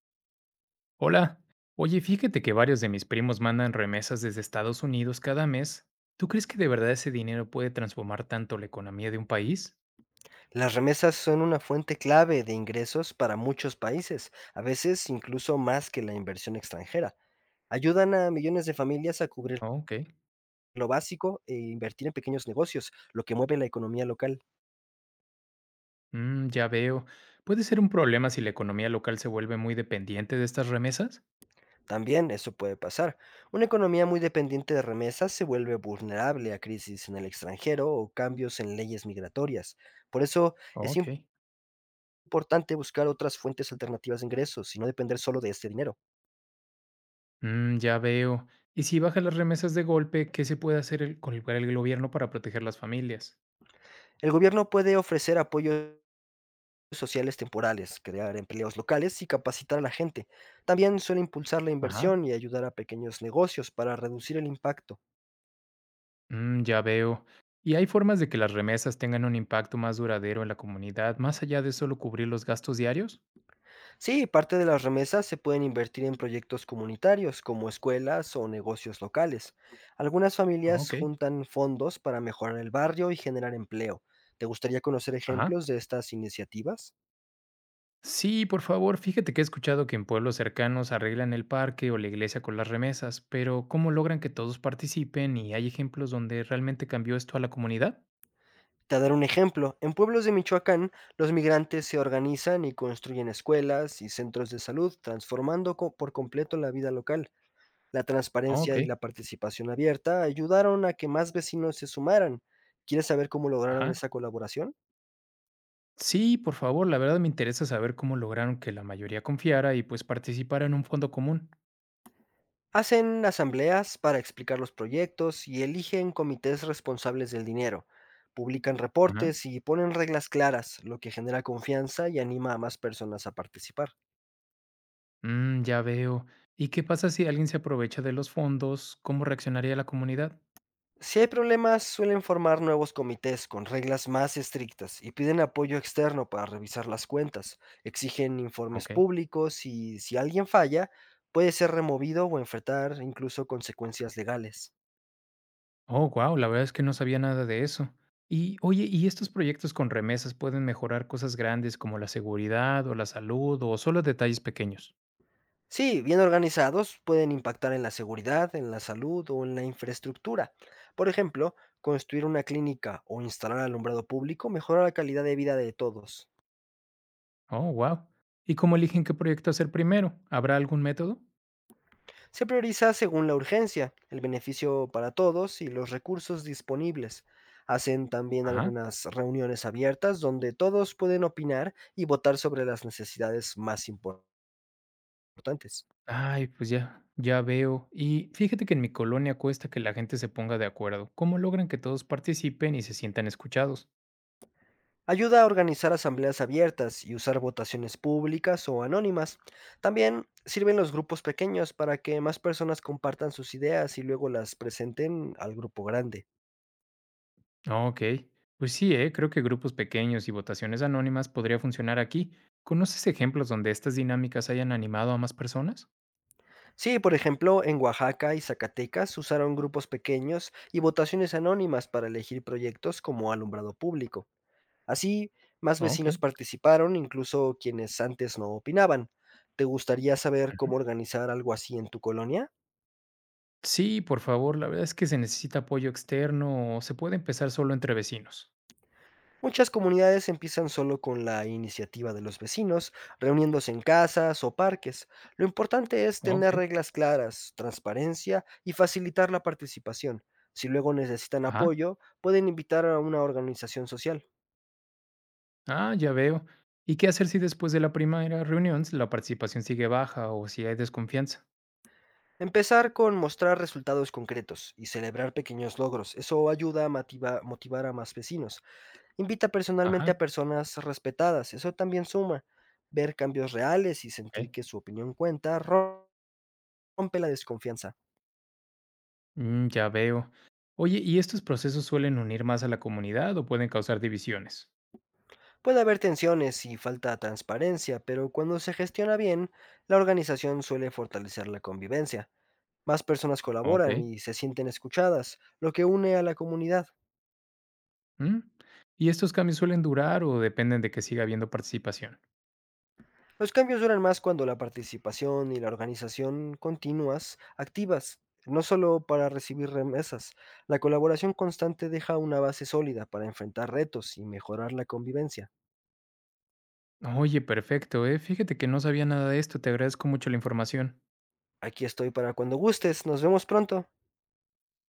Hola, oye, fíjate que varios de mis primos mandan remesas desde Estados Unidos cada mes. ¿Tú crees que de verdad ese dinero puede transformar tanto la economía de un país? Las remesas son una fuente clave de ingresos para muchos países, a veces incluso más que la inversión extranjera. Ayudan a millones de familias a cubrir Oh, ok. lo básico e invertir en pequeños negocios, lo que mueve la economía local. Mm, ya veo. ¿Puede ser un problema si la economía local se vuelve muy dependiente de estas remesas? También eso puede pasar. Una economía muy dependiente de remesas se vuelve vulnerable a crisis en el extranjero o cambios en leyes migratorias. Por eso Oh, es ok. importante buscar otras fuentes alternativas de ingresos y no depender solo de este dinero. Mm, ya veo. ¿Y si bajan las remesas de golpe, qué se puede hacer con el gobierno para proteger las familias? El gobierno puede ofrecer apoyos sociales temporales, crear empleos locales y capacitar a la gente. También suele impulsar la Ajá. inversión y ayudar a pequeños negocios para reducir el impacto. Mm, ya veo. ¿Y hay formas de que las remesas tengan un impacto más duradero en la comunidad, más allá de solo cubrir los gastos diarios? Sí, parte de las remesas se pueden invertir en proyectos comunitarios como escuelas o negocios locales. Algunas familias Ok, juntan fondos para mejorar el barrio y generar empleo. ¿Te gustaría conocer ajá. ejemplos de estas iniciativas? Sí, por favor, fíjate que he escuchado que en pueblos cercanos arreglan el parque o la iglesia con las remesas, pero ¿cómo logran que todos participen y hay ejemplos donde realmente cambió esto a la comunidad? Te daré un ejemplo. En pueblos de Michoacán, los migrantes se organizan y construyen escuelas y centros de salud, transformando por completo la vida local. La Ok, transparencia y la participación abierta ayudaron a que más vecinos se sumaran. ¿Quieres saber cómo lograron ajá. esa colaboración? Sí, por favor, la verdad me interesa saber cómo lograron que la mayoría confiara y pues participara en un fondo común. Hacen asambleas para explicar los proyectos y eligen comités responsables del dinero. Publican Ajá. reportes y ponen reglas claras, lo que genera confianza y anima a más personas a participar. Mm, ya veo. ¿Y qué pasa si alguien se aprovecha de los fondos? ¿Cómo reaccionaría la comunidad? Si hay problemas, suelen formar nuevos comités con reglas más estrictas y piden apoyo externo para revisar las cuentas. Exigen informes Ok. públicos y si alguien falla, puede ser removido o enfrentar incluso consecuencias legales. Oh, wow, la verdad es que no sabía nada de eso. Y oye, ¿y estos proyectos con remesas pueden mejorar cosas grandes como la seguridad o la salud o solo detalles pequeños? Sí, bien organizados, pueden impactar en la seguridad, en la salud o en la infraestructura. Por ejemplo, construir una clínica o instalar alumbrado público mejora la calidad de vida de todos. Oh, wow. ¿Y cómo eligen qué proyecto hacer primero? ¿Habrá algún método? Se prioriza según la urgencia, el beneficio para todos y los recursos disponibles. Hacen también Ajá. algunas reuniones abiertas donde todos pueden opinar y votar sobre las necesidades más importantes. Ay, pues ya, ya veo. Y fíjate que en mi colonia cuesta que la gente se ponga de acuerdo. ¿Cómo logran que todos participen y se sientan escuchados? Ayuda a organizar asambleas abiertas y usar votaciones públicas o anónimas. También sirven los grupos pequeños para que más personas compartan sus ideas y luego las presenten al grupo grande. Ah, ok, pues sí, ¿eh? Creo que grupos pequeños y votaciones anónimas podría funcionar aquí. ¿Conoces ejemplos donde estas dinámicas hayan animado a más personas? Sí, por ejemplo, en Oaxaca y Zacatecas usaron grupos pequeños y votaciones anónimas para elegir proyectos como alumbrado público. Así, más Ah, ok. vecinos participaron, incluso quienes antes no opinaban. ¿Te gustaría saber Ujú. cómo organizar algo así en tu colonia? Sí, por favor, la verdad es que se necesita apoyo externo o se puede empezar solo entre vecinos. Muchas comunidades empiezan solo con la iniciativa de los vecinos, reuniéndose en casas o parques. Lo importante es Ok. tener reglas claras, transparencia y facilitar la participación. Si luego necesitan Ajá. apoyo, pueden invitar a una organización social. Ah, ya veo. ¿Y qué hacer si después de la primera reunión la participación sigue baja o si hay desconfianza? Empezar con mostrar resultados concretos y celebrar pequeños logros. Eso ayuda a motivar a más vecinos. Invita personalmente Ajá. a personas respetadas. Eso también suma. Ver cambios reales y sentir Ok. que su opinión cuenta rompe la desconfianza. Mm, ya veo. Oye, ¿y estos procesos suelen unir más a la comunidad o pueden causar divisiones? Puede haber tensiones y falta de transparencia, pero cuando se gestiona bien, la organización suele fortalecer la convivencia. Más personas Ok. colaboran y se sienten escuchadas, lo que une a la comunidad. Mm. ¿Y estos cambios suelen durar o dependen de que siga habiendo participación? Los cambios duran más cuando la participación y la organización continuas, activas, no solo para recibir remesas. La colaboración constante deja una base sólida para enfrentar retos y mejorar la convivencia. Oye, perfecto, Fíjate que no sabía nada de esto, te agradezco mucho la información. Aquí estoy para cuando gustes, nos vemos pronto.